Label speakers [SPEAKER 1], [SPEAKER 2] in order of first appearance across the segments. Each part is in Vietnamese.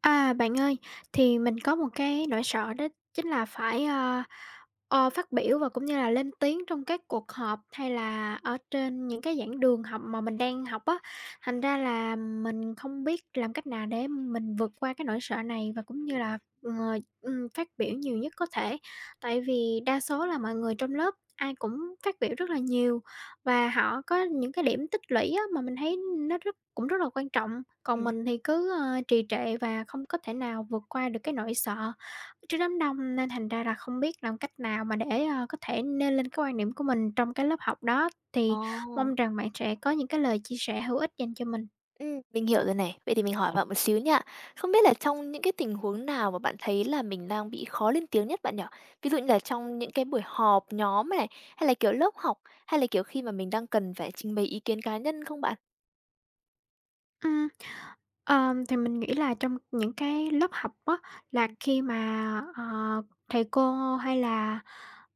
[SPEAKER 1] À, bạn ơi, thì mình có một cái nỗi sợ đó chính là phải, phát biểu và cũng như là lên tiếng trong các cuộc họp hay là ở trên những cái giảng đường học mà mình đang học á. Thành ra là mình không biết làm cách nào để mình vượt qua cái nỗi sợ này và cũng như là, ờ, phát biểu nhiều nhất có thể. Tại vì đa số là mọi người trong lớp ai cũng phát biểu rất là nhiều, và họ có những cái điểm tích lũy á, mà mình thấy nó rất là quan trọng, còn
[SPEAKER 2] Ừm,
[SPEAKER 1] mình thì cứ, trì trệ và không có thể nào vượt qua được cái nỗi sợ trước đám đông, nên thành ra là không biết làm cách nào mà để, có thể nêu lên cái quan điểm của mình trong cái lớp học đó.
[SPEAKER 2] ồ,
[SPEAKER 1] Thì mong rằng bạn sẽ có những cái lời chia sẻ hữu ích dành cho mình.
[SPEAKER 2] mình hiểu rồi này. Vậy thì mình hỏi bạn một xíu nha. Không biết là trong những cái tình huống nào mà bạn thấy là mình đang bị khó lên tiếng nhất bạn nhỉ? Ví dụ như là trong những cái buổi họp nhóm này, hay là, kiểu, lớp học, hay là, kiểu, khi mà mình đang cần phải trình bày ý kiến cá nhân không bạn?
[SPEAKER 1] Ừm, thì mình nghĩ là trong những cái lớp học á, là
[SPEAKER 2] Ừm.
[SPEAKER 1] khi mà, thầy cô hay là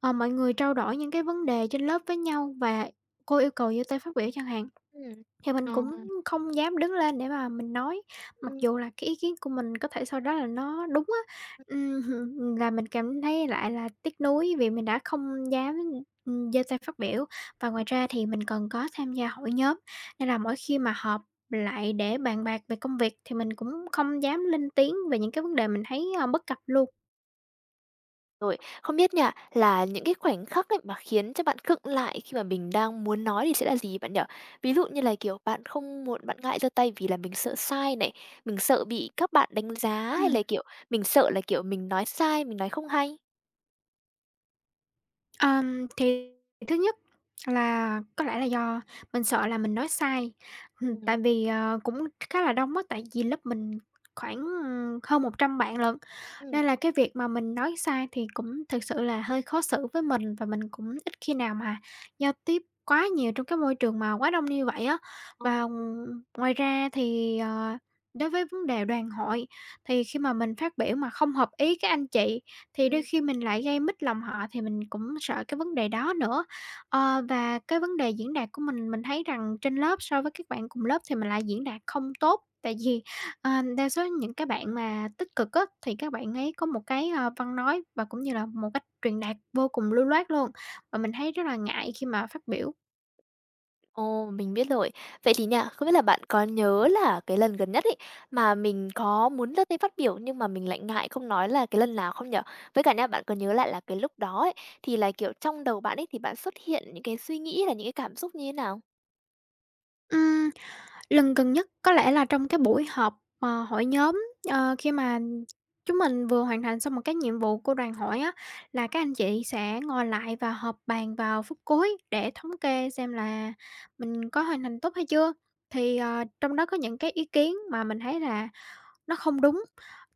[SPEAKER 1] Mọi người trao đổi những cái vấn đề trên lớp với nhau và cô yêu cầu giơ tay phát biểu chẳng hạn,
[SPEAKER 2] Ừm.
[SPEAKER 1] thì mình
[SPEAKER 2] Ờ.
[SPEAKER 1] cũng không dám đứng lên để mà mình nói, mặc
[SPEAKER 2] Ừm.
[SPEAKER 1] dù là cái ý kiến của mình có thể sau đó là nó đúng á. Ừm, là mình cảm thấy lại là tiếc nuối vì mình đã không dám, giơ tay phát biểu. Và ngoài ra thì mình còn có tham gia hội nhóm, nên là mỗi khi mà họp lại để bàn bạc về công việc thì mình cũng không dám lên tiếng về những cái vấn đề mình thấy, bất cập luôn.
[SPEAKER 2] Rồi, không biết nha, là những cái khoảnh khắc ấy mà khiến cho bạn khựng lại khi mà mình đang muốn nói thì sẽ là gì bạn nhỉ? Ví dụ như là, kiểu, bạn không muốn bạn ngại giơ tay vì là mình sợ sai này, mình sợ bị các bạn đánh giá hay là, kiểu, mình sợ là, kiểu, mình nói sai, mình nói không hay?
[SPEAKER 1] Thì thứ nhất là có lẽ là do mình sợ là mình nói sai, ừm, tại
[SPEAKER 2] Ừm.
[SPEAKER 1] vì, ờ, cũng khá là đông á, tại vì lớp mình khoảng, hơn 100 bạn lận,
[SPEAKER 2] Ừm,
[SPEAKER 1] nên là cái việc mà mình nói sai thì cũng thực sự là hơi khó xử với mình và mình cũng ít khi nào mà giao tiếp quá nhiều trong cái môi trường mà quá đông như vậy á.
[SPEAKER 2] ờ.
[SPEAKER 1] Và ngoài ra thì, đối với vấn đề đoàn hội thì khi mà mình phát biểu mà không hợp ý các anh chị thì đôi
[SPEAKER 2] Ừ.
[SPEAKER 1] khi mình lại gây mích lòng họ thì mình cũng sợ cái vấn đề đó nữa. Ờ, và cái vấn đề diễn đạt của mình thấy rằng trên lớp so với các bạn cùng lớp thì mình lại diễn đạt không tốt. Tại vì, ờ, đa số những cái bạn mà tích cực á, thì các bạn ấy có một cái, văn nói và cũng như là một cách truyền đạt vô cùng lưu loát luôn, và mình thấy rất là ngại khi mà phát biểu.
[SPEAKER 2] Ồ, mình biết rồi. Vậy thì nha, không biết là bạn có nhớ là cái lần gần nhất ấy mà mình có muốn ra tay phát biểu nhưng mà mình lại ngại không nói là cái lần nào không nhở? Với cả nha, bạn có nhớ lại là cái lúc đó ấy thì là, kiểu, trong đầu bạn ấy thì bạn xuất hiện những cái suy nghĩ hay là những cái cảm xúc như thế nào?
[SPEAKER 1] Ừm, Lần gần nhất có lẽ là trong cái buổi họp, hội nhóm, khi mà chúng mình vừa hoàn thành xong một cái nhiệm vụ của đoàn hội á, là các anh chị sẽ ngồi lại và họp bàn vào phút cuối để thống kê xem là mình có hoàn thành tốt hay chưa. Thì, trong đó có những cái ý kiến mà mình thấy là nó không đúng,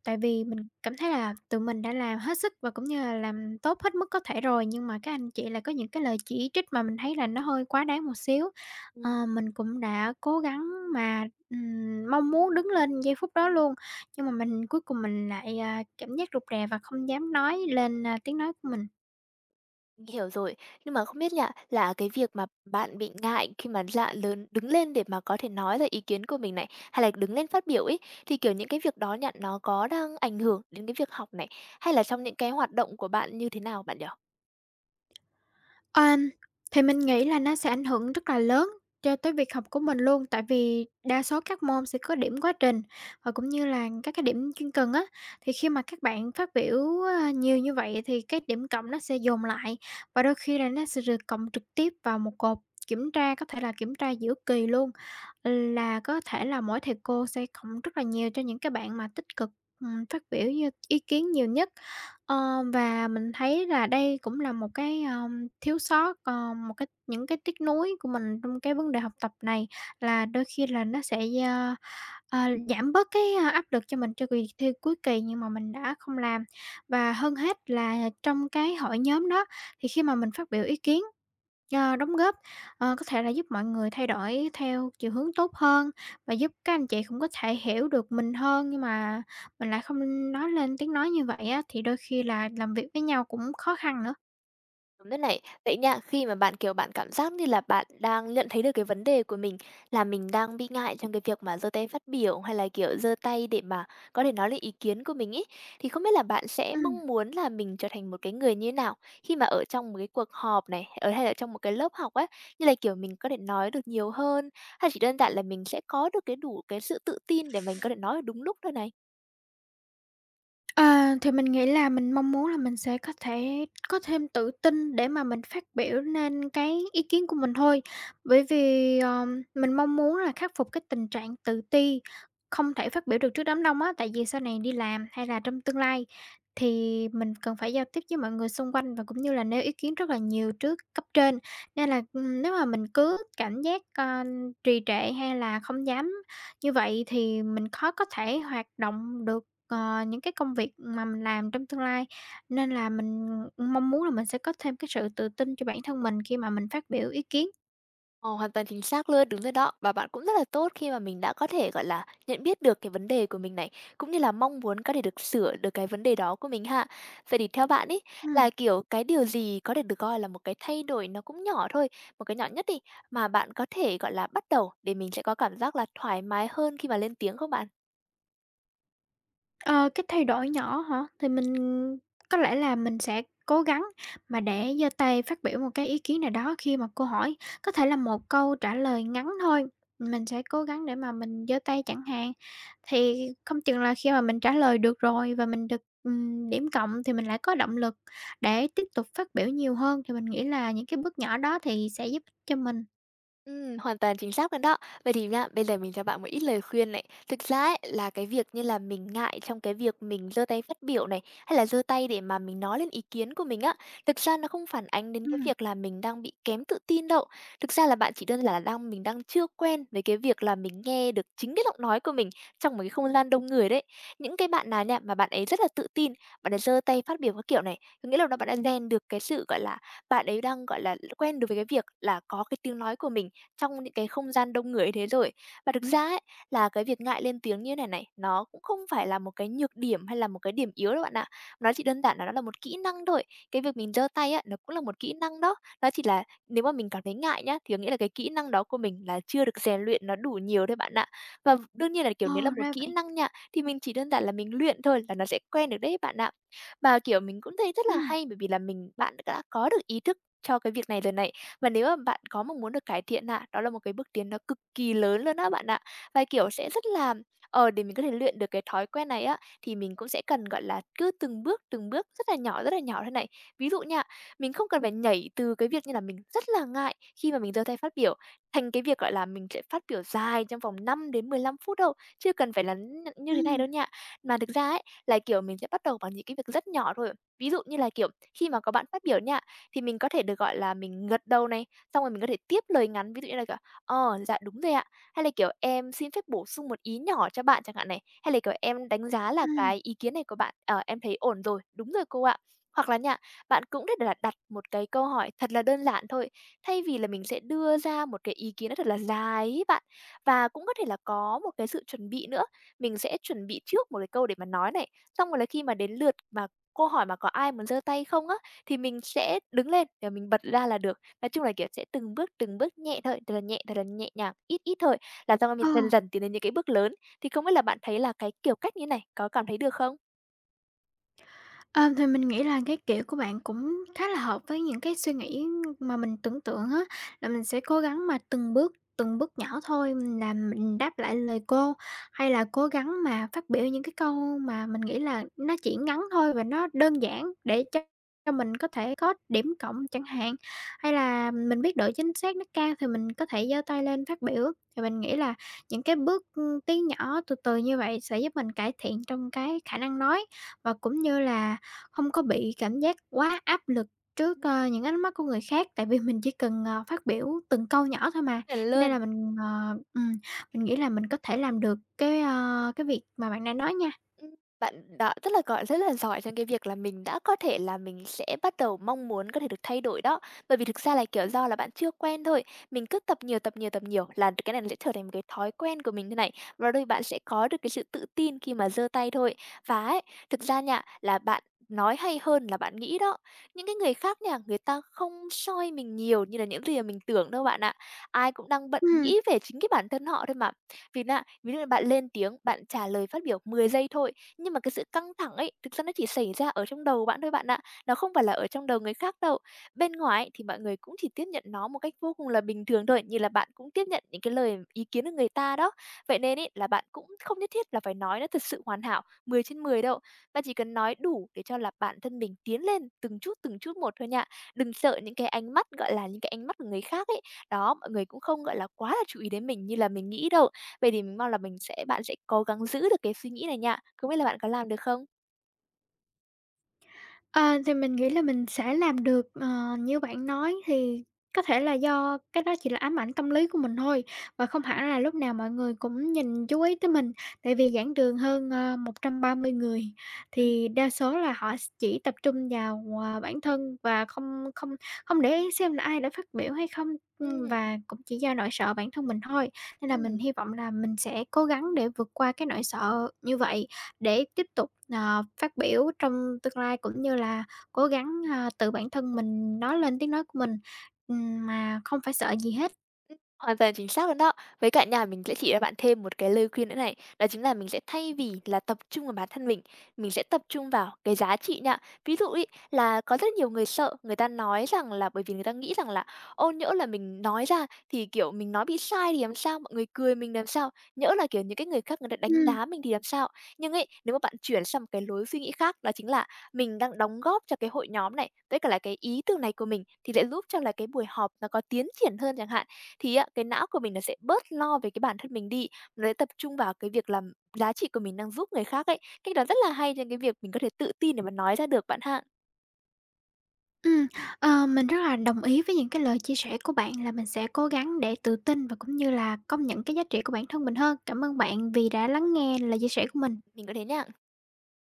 [SPEAKER 1] tại vì mình cảm thấy là tụi mình đã làm hết sức và cũng như là làm tốt hết mức có thể rồi, nhưng mà các anh chị lại có những cái lời chỉ trích mà mình thấy là nó hơi quá đáng một xíu.
[SPEAKER 2] Ừm.
[SPEAKER 1] Ờ, mình cũng đã cố gắng mà, mong muốn đứng lên giây phút đó luôn, nhưng mà cuối cùng mình lại, cảm giác rụt rè và không dám nói lên tiếng nói của mình.
[SPEAKER 2] Mình hiểu rồi. Nhưng mà không biết nha, là cái việc mà bạn bị ngại khi mà dạ lớn đứng lên để mà có thể nói ra ý kiến của mình này, hay là đứng lên phát biểu ấy, thì, kiểu, những cái việc đó nha, nó có đang ảnh hưởng đến cái việc học này, hay là trong những cái hoạt động của bạn như thế nào bạn nhỉ?
[SPEAKER 1] Ờm, thì mình nghĩ là nó sẽ ảnh hưởng rất là lớn cho tới việc học của mình luôn, tại vì đa số các môn sẽ có điểm quá trình và cũng như là các cái điểm chuyên cần á. Thì khi mà các bạn phát biểu nhiều như vậy thì cái điểm cộng nó sẽ dồn lại và đôi khi là nó sẽ được cộng trực tiếp vào một cột kiểm tra, có thể là kiểm tra giữa kỳ luôn, là có thể là mỗi thầy cô sẽ cộng rất là nhiều cho những cái bạn mà tích cực, phát biểu như ý kiến nhiều nhất. Ờ, và mình thấy là đây cũng là một cái thiếu sót, một cái những cái tiếc nuối của mình trong cái vấn đề học tập này là đôi khi là nó sẽ, ơ, ờ, giảm bớt cái áp lực cho mình cho kỳ thi cuối kỳ nhưng mà mình đã không làm. Và hơn hết là trong cái hội nhóm đó, thì khi mà mình phát biểu ý kiến đóng góp, có thể là giúp mọi người thay đổi theo chiều hướng tốt hơn và giúp các anh chị cũng có thể hiểu được mình hơn, nhưng mà mình lại không nói lên tiếng nói như vậy á, thì đôi khi là làm việc với nhau cũng khó khăn nữa.
[SPEAKER 2] Đúng thế này, vậy nha, khi mà bạn, kiểu, bạn cảm giác như là bạn đang nhận thấy được cái vấn đề của mình là mình đang bị ngại trong cái việc mà giơ tay phát biểu, hay là, kiểu, giơ tay để mà có thể nói lên ý kiến của mình ấy, thì không biết là bạn sẽ
[SPEAKER 1] Ừm.
[SPEAKER 2] mong muốn là mình trở thành một cái người như thế nào khi mà ở trong một cái cuộc họp này, ở hay là trong một cái lớp học ấy, như là, kiểu, mình có thể nói được nhiều hơn, hay chỉ đơn giản là mình sẽ có được cái đủ cái sự tự tin để mình có thể nói được đúng lúc thôi này?
[SPEAKER 1] À, thì mình nghĩ là mình mong muốn là mình sẽ có thể có thêm tự tin để mà mình phát biểu nên cái ý kiến của mình thôi. Bởi vì, mình mong muốn là khắc phục cái tình trạng tự ti, không thể phát biểu được trước đám đông á, tại vì sau này đi làm hay là trong tương lai thì mình cần phải giao tiếp với mọi người xung quanh và cũng như là nêu ý kiến rất là nhiều trước cấp trên. Nên là, nếu mà mình cứ cảm giác, trì trệ hay là không dám như vậy thì mình khó có thể hoạt động được những cái công việc mà mình làm trong tương lai, nên là mình mong muốn là mình sẽ có thêm cái sự tự tin cho bản thân mình khi mà mình phát biểu ý kiến.
[SPEAKER 2] Ờ, hoàn toàn chính xác luôn, đúng rồi đó. Và bạn cũng rất là tốt khi mà mình đã có thể, gọi là, nhận biết được cái vấn đề của mình này, cũng như là mong muốn có thể được sửa được cái vấn đề đó của mình ha. Vậy thì theo bạn ý
[SPEAKER 1] Ừm.
[SPEAKER 2] là, kiểu, cái điều gì có thể được coi là một cái thay đổi nó cũng nhỏ thôi, một cái nhỏ nhất đi, mà bạn có thể, gọi là, bắt đầu để mình sẽ có cảm giác là thoải mái hơn khi mà lên tiếng không bạn?
[SPEAKER 1] Ờ, cái thay đổi nhỏ hả? Thì mình có lẽ là mình sẽ cố gắng mà để giơ tay phát biểu một cái ý kiến nào đó khi mà cô hỏi, có thể là một câu trả lời ngắn thôi, mình sẽ cố gắng để mà mình giơ tay chẳng hạn. Thì không chừng là khi mà mình trả lời được rồi và mình được điểm cộng thì mình lại có động lực để tiếp tục phát biểu nhiều hơn, thì mình nghĩ là những cái bước nhỏ đó thì sẽ giúp cho mình.
[SPEAKER 2] Hoàn toàn chính xác luôn đó. Vậy thì nhá, bây giờ mình cho bạn một ít lời khuyên này. Thực ra ấy, là cái việc như là mình ngại trong cái việc mình giơ tay phát biểu này, hay là giơ tay để mà mình nói lên ý kiến của mình á, thực ra nó không phản ánh đến cái
[SPEAKER 1] Ừm.
[SPEAKER 2] việc là mình đang bị kém tự tin đâu. Thực ra là bạn chỉ đơn giản là mình đang chưa quen với cái việc là mình nghe được chính cái giọng nói của mình trong một cái không gian đông người đấy. Những cái bạn nào nha, mà bạn ấy rất là tự tin, bạn ấy giơ tay phát biểu các kiểu này, có nghĩa là bạn đã rèn được cái sự, gọi là, bạn ấy đang, gọi là, quen được với cái việc là có cái tiếng nói của mình trong những cái không gian đông người như thế rồi. Và thực ra ấy, là cái việc ngại lên tiếng như này này, nó cũng không phải là một cái nhược điểm hay là một cái điểm yếu đâu bạn ạ. Nó chỉ đơn giản là nó là một kỹ năng thôi. Cái việc mình giơ tay á, nó cũng là một kỹ năng đó. Nó chỉ là nếu mà mình cảm thấy ngại nhá, thì có nghĩa là cái kỹ năng đó của mình là chưa được rèn luyện nó đủ nhiều thôi bạn ạ. Và đương nhiên là, kiểu,
[SPEAKER 1] Ồ,
[SPEAKER 2] nếu là một
[SPEAKER 1] ra
[SPEAKER 2] kỹ
[SPEAKER 1] vậy.
[SPEAKER 2] năng nha, thì mình chỉ đơn giản là mình luyện thôi là nó sẽ quen được đấy bạn ạ. Mà, kiểu, mình cũng thấy rất là
[SPEAKER 1] Ừm,
[SPEAKER 2] hay bởi vì là bạn đã có được ý thức cho cái việc này lần này. Và nếu mà bạn có mà muốn được cải thiện á, đó là một cái bước tiến nó cực kỳ lớn luôn á bạn ạ. Và, kiểu, sẽ rất là để mình có thể luyện được cái thói quen này á, thì mình cũng sẽ cần, gọi là, cứ từng bước rất là nhỏ thế này. Ví dụ nha, mình không cần phải nhảy từ cái việc như là mình rất là ngại khi mà mình giơ tay phát biểu, thành cái việc, gọi là, mình sẽ phát biểu dài trong vòng 5 đến 15 phút đâu, chưa cần phải là như thế này
[SPEAKER 1] ừm,
[SPEAKER 2] đâu nha. Mà thực ra ấy, là, kiểu, mình sẽ bắt đầu bằng những cái việc rất nhỏ thôi. Ví dụ như là, kiểu, khi mà có bạn phát biểu nha, thì mình có thể được, gọi là, mình gật đầu này, xong rồi mình có thể tiếp lời ngắn, ví dụ như là, kiểu, "Ờ, dạ, đúng rồi ạ." Hay là, kiểu, "Em xin phép bổ sung một ý nhỏ cho bạn" chẳng hạn này, hay là, kiểu, "Em đánh giá là
[SPEAKER 1] ừm,
[SPEAKER 2] cái ý kiến này của bạn, ờ, em thấy ổn rồi, đúng rồi cô ạ." Hoặc là nha, bạn cũng thể là đặt một cái câu hỏi thật là đơn giản thôi, thay vì là mình sẽ đưa ra một cái ý kiến nó thật là dài ấy bạn. Và cũng có thể là có một cái sự chuẩn bị nữa, mình sẽ chuẩn bị trước một cái câu để mà nói này, xong rồi là khi mà đến lượt mà cô hỏi mà có ai muốn giơ tay không á, thì mình sẽ đứng lên và mình bật ra là được. Nói chung là, kiểu, sẽ từng bước nhẹ thôi, thật là nhẹ nhàng, ít ít thôi, làm sao mà mình
[SPEAKER 1] ờ.
[SPEAKER 2] dần dần tiến đến những cái bước lớn. Thì không biết là bạn thấy là cái kiểu cách như này có cảm thấy được không?
[SPEAKER 1] Ờ, thì mình nghĩ là cái kiểu của bạn cũng khá là hợp với những cái suy nghĩ mà mình tưởng tượng á, là mình sẽ cố gắng mà từng bước nhỏ thôi là mình đáp lại lời cô, hay là cố gắng mà phát biểu những cái câu mà mình nghĩ là nó chỉ ngắn thôi và nó đơn giản để cho mình có thể có điểm cộng chẳng hạn. Hay là mình biết độ chính xác nó cao thì mình có thể giơ tay lên phát biểu. Thì mình nghĩ là những cái bước tiến nhỏ từ từ như vậy sẽ giúp mình cải thiện trong cái khả năng nói và cũng như là không có bị cảm giác quá áp lực trước,
[SPEAKER 2] Ừm,
[SPEAKER 1] ơ, những ánh mắt của người khác, tại vì mình chỉ cần phát biểu từng câu nhỏ thôi mà,
[SPEAKER 2] chuẩn
[SPEAKER 1] cho nên
[SPEAKER 2] luôn.
[SPEAKER 1] là mình mình nghĩ là mình có thể làm được cái việc mà bạn đang nói nha.
[SPEAKER 2] Ừm, bạn đã rất là, gọi, rất là giỏi trong cái việc là mình đã có thể là mình sẽ bắt đầu mong muốn có thể được thay đổi đó. Bởi vì thực ra là, kiểu, do là bạn chưa quen thôi, mình cứ tập nhiều, tập nhiều, tập nhiều là cái này nó sẽ trở thành một cái thói quen của mình thôi này, và đôi bạn sẽ có được cái sự tự tin khi mà giơ tay thôi. Và ấy, thực ra nha, là bạn nói hay hơn là bạn nghĩ đó. Những cái người khác nha, người ta không soi mình nhiều như là những gì mà mình tưởng đâu bạn ạ. Ai cũng đang bận
[SPEAKER 1] Ừm.
[SPEAKER 2] nghĩ về chính cái bản thân họ thôi mà. Vì nà, ví dụ như bạn lên tiếng, bạn trả lời phát biểu 10 giây thôi, nhưng mà cái sự căng thẳng ấy, thực ra nó chỉ xảy ra ở trong đầu bạn thôi bạn ạ, nó không phải là ở trong đầu người khác đâu. Bên ngoài ấy, thì mọi người cũng chỉ tiếp nhận nó một cách vô cùng là bình thường thôi, như là bạn cũng tiếp nhận những cái lời ý kiến của người ta đó. Vậy nên ấy, là bạn cũng không nhất thiết là phải nói nó thật sự hoàn hảo 10/10 đâu, bạn chỉ cần nói đủ để cho là bản thân mình tiến lên từng chút một thôi nha. Đừng sợ những cái ánh mắt, gọi là, những cái ánh mắt của người khác ấy, đó, mọi người cũng không, gọi là, quá là chú ý đến mình như là mình nghĩ đâu. Vậy thì mình mong là mình sẽ bạn sẽ cố gắng giữ được cái suy nghĩ này nha. Không biết là bạn có làm được không?
[SPEAKER 1] Ờ, thì mình nghĩ là mình sẽ làm được, như bạn nói thì có thể là do cái đó chỉ là ám ảnh tâm lý của mình thôi, và không hẳn là lúc nào mọi người cũng nhìn chú ý tới mình. Tại vì giảng đường hơn 130 người
[SPEAKER 2] Ừm.
[SPEAKER 1] thì đa số là họ s chỉ tập trung vào bản thân và không không không để ý xem là ai đã phát biểu hay không,
[SPEAKER 2] Ừm,
[SPEAKER 1] và cũng chỉ do nỗi sợ bản thân mình thôi. Nên là mình hy vọng là mình sẽ cố gắng để vượt qua cái nỗi sợ như vậy. Để tiếp tục, phát biểu trong tương lai cũng như là cố gắng, tự bản thân mình nói lên tiếng nói của mình, mà không phải sợ gì hết.
[SPEAKER 2] hoàn toàn chính xác luôn đó. Với cả nhà mình sẽ chỉ cho bạn thêm một cái lời khuyên nữa này, đó chính là mình sẽ thay vì là tập trung vào bản thân mình sẽ tập trung vào cái giá trị nha. Ví dụ ấy, là có rất nhiều người sợ, người ta nói rằng là bởi vì người ta nghĩ rằng là "Ô, nhỡ là mình nói ra thì, kiểu, mình nói bị sai thì làm sao? Mọi người cười mình làm sao? Nhỡ là, kiểu, những cái người khác người ta đánh
[SPEAKER 1] Ừm,
[SPEAKER 2] giá mình thì làm sao?" Nhưng ấy, nếu mà bạn chuyển sang một cái lối suy nghĩ khác, đó chính là mình đang đóng góp cho cái hội nhóm này, với cả là cái ý tưởng này của mình thì sẽ giúp cho là cái buổi họp nó có tiến triển hơn chẳng hạn thì á, cái não của mình nó sẽ bớt lo về cái bản thân mình đi, nó sẽ tập trung vào cái việc làm giá trị của mình đang giúp người khác ấy. Cách đó rất là hay cho cái việc mình có thể tự tin để mà nói ra được bạn ha.
[SPEAKER 1] ừm, mình rất là đồng ý với những cái lời chia sẻ của bạn là mình sẽ cố gắng để tự tin và cũng như là công nhận cái giá trị của bản thân mình hơn. Cảm ơn bạn vì đã lắng nghe lời chia sẻ của mình.
[SPEAKER 2] Mình có thế nha.